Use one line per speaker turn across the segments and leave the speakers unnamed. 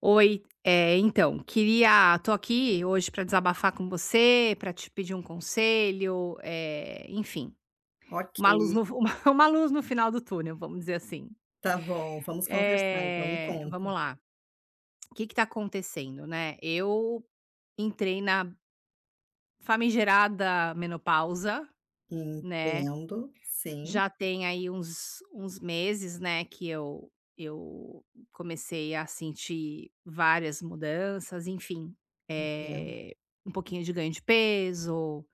Oi, é, então, queria tô aqui hoje para desabafar com você, para te pedir um conselho, enfim,
Ok,
uma luz no uma luz no final do túnel, vamos dizer assim.
tá bom, vamos conversar então, me conta.
Vamos lá, o que que tá acontecendo, né, eu entrei na famigerada menopausa, né.
Entendo, sim,
Já tem aí uns meses, né, que eu comecei a sentir várias mudanças, enfim,
entendo.
é um pouquinho de ganho de peso,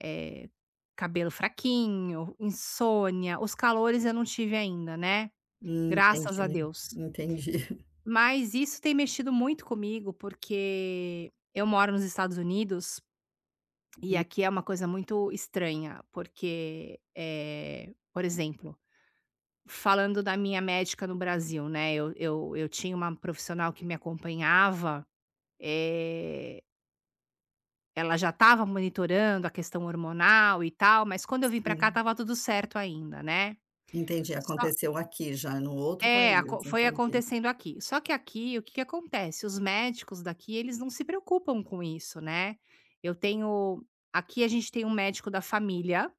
eh, cabelo fraquinho, insônia. Os calores eu não tive ainda, né, graças a
Entendi,
Deus.
entendi.
Mas isso tem mexido muito comigo, porque eu moro nos Estados Unidos e
Hum,
aqui é uma coisa muito estranha, porque, é, por exemplo, falando da minha médica no Brasil, né, eu tinha uma profissional que me acompanhava, eh, ela já estava monitorando a questão hormonal e tal, mas quando eu vim para cá
sim,
estava tudo certo ainda, né.
entendi,
Só
aconteceu aqui já, no outro
é,
país,
acon foi
entendi.
acontecendo aqui. Só que aqui, o que que acontece, os médicos daqui, eles não se preocupam com isso, né. Eu tenho Aqui a gente tem um médico da família,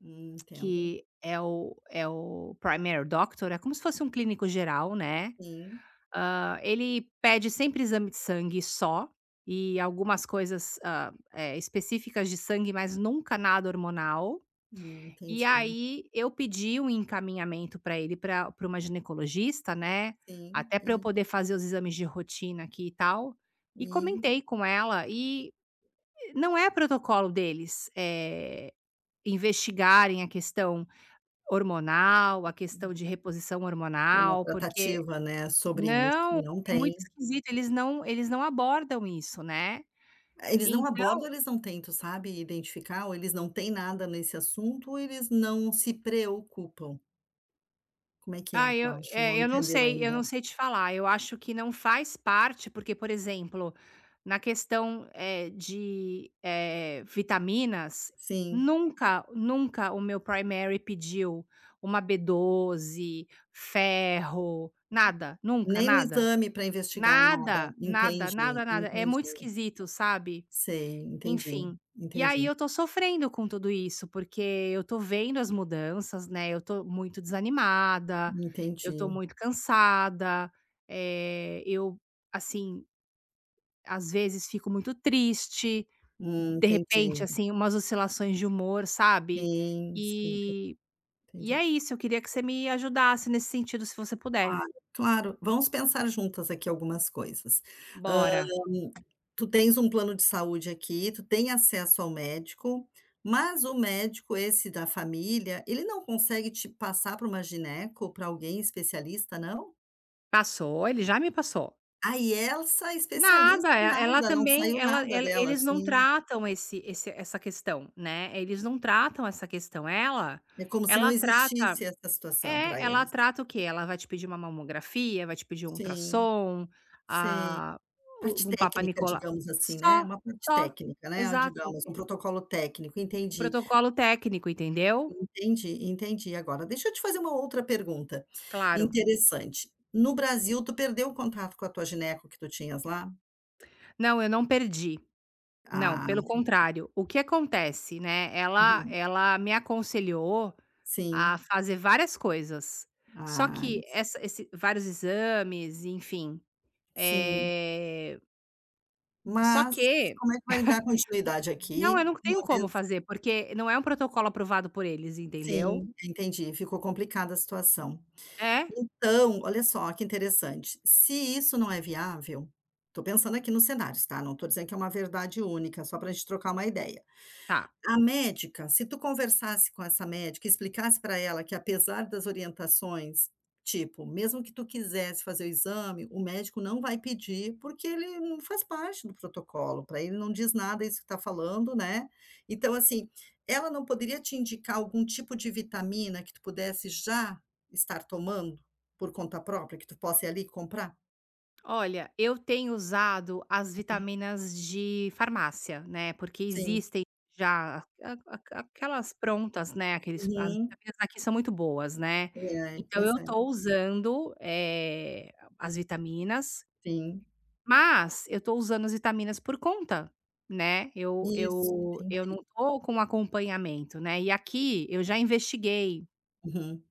Entendo,
que é o primary doctor, é como se fosse um clínico geral, né.
sim,
Ele pede sempre exame de sangue só, e algumas coisas, específicas de sangue, mas nunca nada hormonal. E
entendi,
aí eu pedi um encaminhamento para ele para uma ginecologista, né,
sim,
até para eu
e
poder fazer os exames de rotina aqui e tal, e
e
comentei com ela e não é protocolo deles, investigarem a questão hormonal, a questão de reposição
tem uma
hormonal, porque
tratativa, né, sobre isso,
não,
não
é
tem?
muito esquisito, eles não abordam isso, né.
Eles não
Então
abordam, eles não tentam, sabe, identificar, ou eles não têm nada nesse assunto, ou eles não se preocupam? Como é que é,
ah,
tu
eu
acha?
é,
Não
eu não
entendeu
sei eu
ainda.
não sei te falar, eu acho que não faz parte, porque, por exemplo, na questão, de, vitaminas,
Sim.
nunca, nunca o meu primary pediu uma B12, ferro, nada, nunca,
Nem no
nada.
exame para investigar nada.
Nada, nada,
Entendi,
nada, nada. É muito
entendi.
esquisito, sabe.
Sei, entendi,
Enfim, e aí
entendi,
eu tô sofrendo com tudo isso, porque eu tô vendo as mudanças, né, eu tô muito desanimada, eu tô
entendi.
muito cansada, eu, assim, às vezes fico muito triste, de repente,
Entendi.
assim, umas oscilações de humor, sabe.
Sim, sim,
E e
entendi.
é isso, eu queria que você me ajudasse nesse sentido, se você puder.
Claro, claro. Vamos pensar juntas aqui algumas coisas.
Bora.
Tu tens um plano de saúde aqui, tu tem acesso ao médico, mas o médico esse da família, ele não consegue te passar para uma gineco, para alguém especialista, não?
Passou, ele já me passou.
Aí Elsa
Nada,
especialista em
e ela
nada, não
também
saiu
ela
nada
ela
dela,
eles não
assim,
tratam esse esse essa questão, né, eles não tratam essa questão. Ela
é como se não
ela trata
existisse essa situação para
é, ela
eles.
trata o quê? Ela vai te pedir uma mamografia, vai te pedir um
Sim,
ultrassom,
sim.
ah,
Parte
u um Papa
técnica,
Nicolau
digamos assim, né,
só,
uma parte
só.
técnica, né,
Exato.
digamos, um protocolo técnico,
O
entendi,
protocolo técnico, entendeu?
entendi, entendi agora. Deixa eu te fazer uma outra pergunta
Claro.
interessante. No Brasil, tu perdeu o contato com a tua gineco que tu tinhas lá?
Não, eu não perdi. Não,
Ah,
pelo contrário. O que acontece, né, ela
uhum,
ela me aconselhou
sim.
a fazer várias coisas. Só
Ah,
que essa esse vários exames, enfim,
sim.
eh, só
Mas
que
como é que vai dar continuidade
não, eu
aqui,
não tenho
uma vez?
como fazer, porque não é um protocolo aprovado por eles, entendeu?
Sim, entendi, ficou complicada a situação.
É?
Então, olha só que interessante, se isso não é viável, estou pensando aqui nos cenários, tá, não tô dizendo que é uma verdade única, só pra gente trocar uma ideia.
Tá.
A médica, se tu conversasse com essa médica e explicasse para ela que apesar das orientações, tipo, mesmo que tu quisesse fazer o exame, o médico não vai pedir, porque ele não faz parte do protocolo, para ele não diz nada isso que tá falando, né. Então, assim, ela não poderia te indicar algum tipo de vitamina que tu pudesse já estar tomando, por conta própria, que tu possa ir ali comprar?
Olha, eu tenho usado as vitaminas de farmácia, né, porque
Sim.
existem já a aquelas prontas, né, aqueles as
Uhum.
vitaminas daqui são muito boas, né.
É,
Então
pois
eu
é.
tô usando, as vitaminas.
Sim.
Mas eu tô usando as vitaminas por conta, né, eu
Isso,
eu eu
entendi.
não tô com acompanhamento, né, e aqui eu já investiguei
Uhum.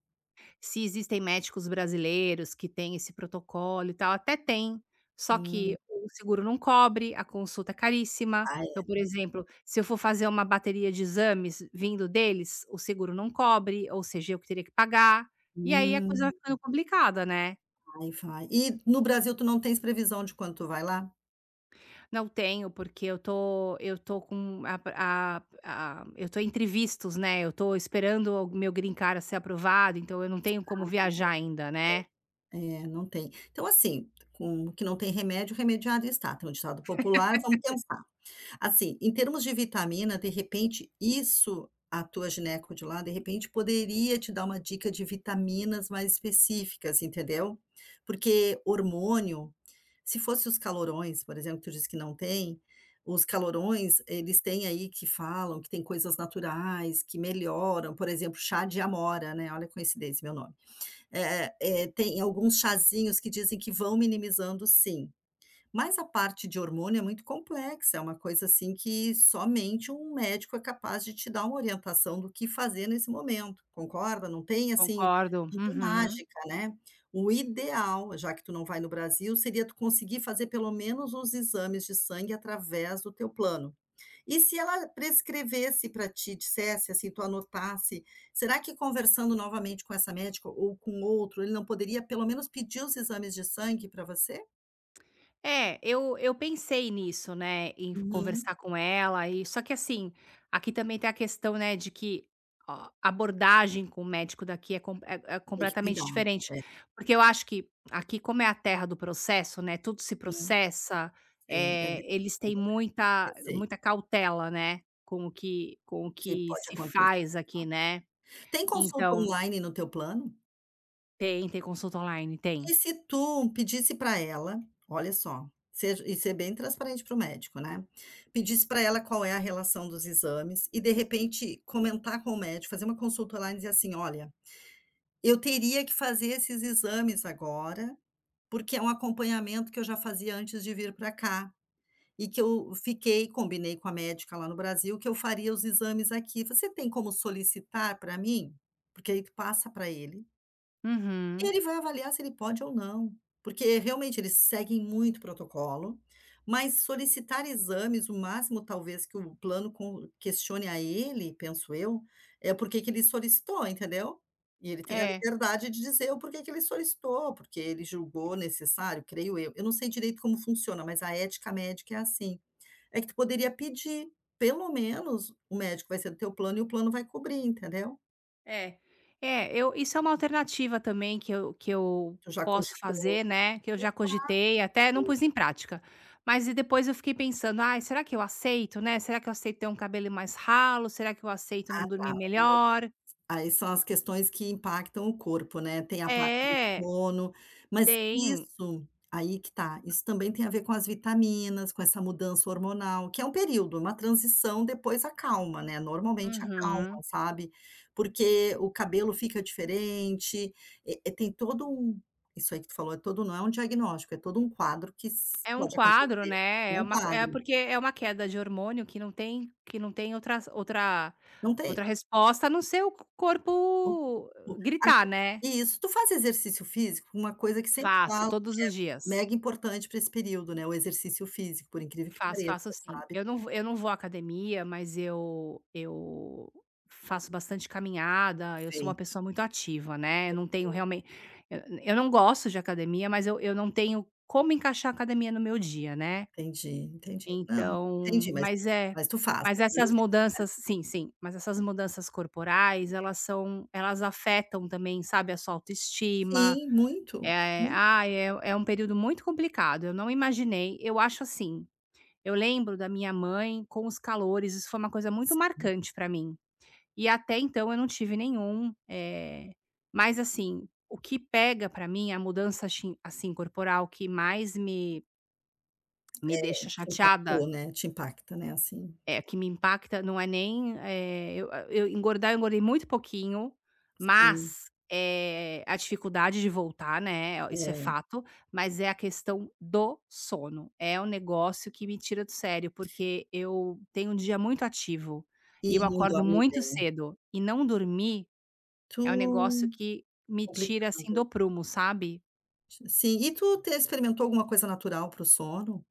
se existem médicos brasileiros que têm esse protocolo e tal, até tem, só
Hum.
que o seguro não cobre, a consulta é caríssima.
Ah,
Então, por exemplo, se eu for fazer uma bateria de exames vindo deles, o seguro não cobre, ou seja, eu que teria que pagar, e aí a coisa
hum,
vai ficando complicada, né.
vai, vai. E no Brasil tu não tens previsão de quando tu vai lá?
Não tenho, porque eu tô com a a eu tô entre vistos, né, eu tô esperando o meu green card ser aprovado, então eu não tenho como viajar ainda, né.
É, não tem. Então assim, com o que não tem remédio, remediado está, tem um ditado popular, vamos pensar. Assim, em termos de vitamina, de repente, isso a tua gineco de lá, de repente, poderia te dar uma dica de vitaminas mais específicas, entendeu? Porque hormônio, se fosse os calorões, por exemplo, que tu disse que não tem, os calorões, eles têm aí que falam que tem coisas naturais, que melhoram, por exemplo, chá de amora, né? Olha a coincidência, meu nome. É, é, tem alguns chazinhos que dizem que vão minimizando, sim. Mas a parte de hormônio é muito complexa, é uma coisa assim que somente um médico é capaz de te dar uma orientação do que fazer nesse momento, concorda? Não tem assim,
Concordo.
não tem
Uhum.
mágica, né. O ideal, já que tu não vai no Brasil, seria tu conseguir fazer pelo menos os exames de sangue através do teu plano. E se ela prescrevesse para ti, dissesse assim, tu anotasse, será que conversando novamente com essa médica ou com outro, ele não poderia pelo menos pedir os exames de sangue para você?
É, eu pensei nisso, né, em
Uhum.
conversar com ela e só que assim, aqui também tem a questão, né, de que ó, a abordagem com o médico daqui é com é
Tem que
completamente
cuidar.
diferente,
É,
porque eu acho que aqui como é a terra do processo, né, tudo se
sim.
processa,
Sei, é
eles têm
delicado,
muita
eu sei
muita cautela, né, com o que com o
que
que
pode
se
acontecer.
faz aqui, né.
Tem consulta
Então
online no teu plano?
tem, tem consulta online, tem.
E se tu pedisse para ela, olha só, seja e ser bem transparente para o médico, né, pedisse para ela qual é a relação dos exames e de repente comentar com o médico, fazer uma consulta online e dizer assim: "Olha, eu teria que fazer esses exames agora, porque é um acompanhamento que eu já fazia antes de vir para cá". E que eu fiquei combinei com a médica lá no Brasil que eu faria os exames aqui. "Você tem como solicitar para mim?" Porque aí tu passa para ele,
Uhum.
ele vai avaliar se ele pode ou não. Porque realmente eles seguem muito protocolo, mas solicitar exames, o máximo talvez que o plano com questione a ele, penso eu, é o porquê que ele solicitou, entendeu? E ele tem a
É.
liberdade de dizer o porquê que ele solicitou, porque ele julgou necessário, creio eu. Eu não sei direito como funciona, mas a ética médica é assim. É que tu poderia pedir, pelo menos o médico vai ser do teu plano e o plano vai cobrir, entendeu?
É. É, eu isso é uma alternativa também que eu
Tu já
posso
cogitou o
fazer, né, que eu
teu
já cogitei, até não
plano.
pus em prática. Mas e depois eu fiquei pensando: "Ai, será que eu aceito, né? Será que eu aceito ter um cabelo mais ralo? Será que eu aceito
Ah,
não
tá.
dormir melhor?"
Aí são as questões que impactam o corpo, né, tem a parte do
É,
sono, mas
tem.
isso aí que tá, isso também tem a ver com as vitaminas, com essa mudança hormonal, que é um período, uma transição, depois acalma, né, normalmente acalma,
Uhum.
sabe, porque o cabelo fica diferente, tem todo um isso aí que tu falou é todo não é um diagnóstico, é todo um quadro que s
É um
pode acontecer,
quadro, né,
é
é
um
uma é
quadro,
porque é uma queda de hormônio que não tem outra
não tem.
outra resposta a não ser o
o-
corpo
o- a-
gritar, né.
Isso, tu faz exercício físico? Uma coisa que sempre
Faço
fala,
todos os dias.
mega importante para esse período, né, o exercício físico, por incrível que
Faço,
pareça,
faço sim.
sabe.
Eu não vou à academia, mas eu faço bastante caminhada, eu sou uma
Perfeito,
pessoa muito ativa, né, eu não tenho realmente, eu não gosto de academia, mas eu não tenho como encaixar a academia no meu dia, né.
entendi, entendi. Não,
Então
entendi, mas tu faz.
mas essas mudanças sim, sim, mas essas mudanças corporais, elas afetam também, sabe, a sua autoestima,
Sim, muito,
é
muito,
ah é é um período muito complicado, eu não imaginei, eu acho assim, eu lembro da minha mãe com os calores, isso foi uma coisa muito
sim,
marcante para mim. E até então eu não tive nenhum, mas assim, o que pega para mim, a mudança, assim, assim, corporal que mais me deixa
te
chateada
impactou, né, te impacta, né, assim,
é, que me impacta não é nem, eu a eu engordar, eu engordei muito pouquinho,
sim,
mas, é a dificuldade de voltar, né, isso é
é.
fato, mas é a questão do sono. É um negócio que me tira do sério, porque eu tenho um dia muito ativo
E
e eu
não
acordo
dorme
muito
bem.
cedo, e não dormir
Tu
é um negócio que me tira, assim,
complicado.
do prumo, sabe.
Sim, e tu te experimentou alguma coisa natural para o sono?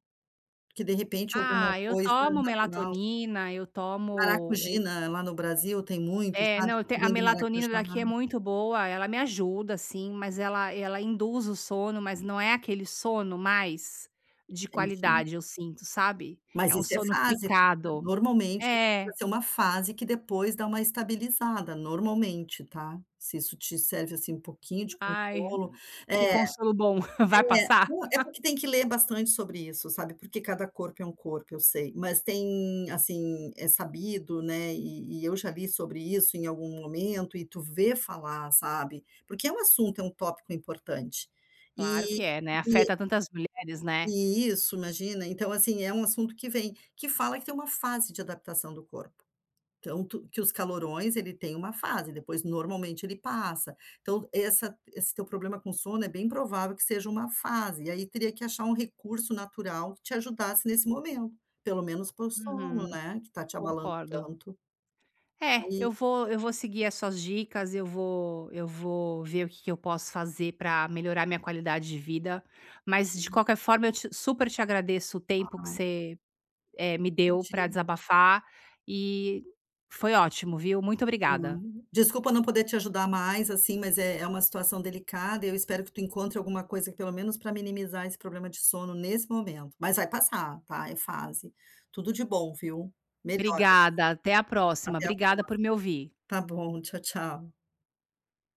Que de repente alguma
Ah, eu
coisa
tomo
natural,
melatonina, eu tomo.
maracujina lá no Brasil tem muito,
É,
sabe,
não, te
que
a
vem do
melatonina daqui é
maracujá.
muito boa, ela me ajuda sim, mas ela induz o sono, mas não é aquele sono mais de
Entendi.
qualidade, eu sinto, sabe.
Mas
É um
isso é
sono
fase, tá?
picado.
Normalmente vai
É.
ser uma fase que depois dá uma estabilizada, normalmente, tá. Se isso te serve, assim, um pouquinho de
Ai,
consolo.
que
É,
consolo bom. Vai passar?
não é porque tem que ler bastante sobre isso, sabe, porque cada corpo é um corpo, eu sei, mas tem, assim, é sabido, né, e eu já li sobre isso em algum momento e tu vê falar, sabe, porque é um assunto, é um tópico importante.
Claro
E
que é, né, afeta tantas mulheres, né.
e isso, imagina. Então, assim, é um assunto que vem, que fala que tem uma fase de adaptação do corpo. Então, que os calorões, ele tem uma fase, depois normalmente ele passa. Então, essa, esse teu problema com sono é bem provável que seja uma fase. E aí teria que achar um recurso natural que te ajudasse nesse momento, pelo menos para o sono,
Uhum,
né, que está te abalando
concordo.
tanto.
É,
Aí,
eu vou seguir as suas dicas, eu vou ver o que que eu posso fazer para melhorar minha qualidade de vida, mas de qualquer forma eu te super te agradeço o tempo que
ah,
você, me deu para
entendi.
desabafar e foi ótimo, viu. Muito obrigada.
Não. Desculpa não poder te ajudar mais, assim, mas é uma situação delicada, eu espero que tu encontre alguma coisa pelo menos para minimizar esse problema de sono nesse momento, mas vai passar, tá, é fase. Tudo de bom, viu. Melhora,
Obrigada, até a próxima.
até a...
Obrigada por me ouvir.
Tá bom, tchau, tchau.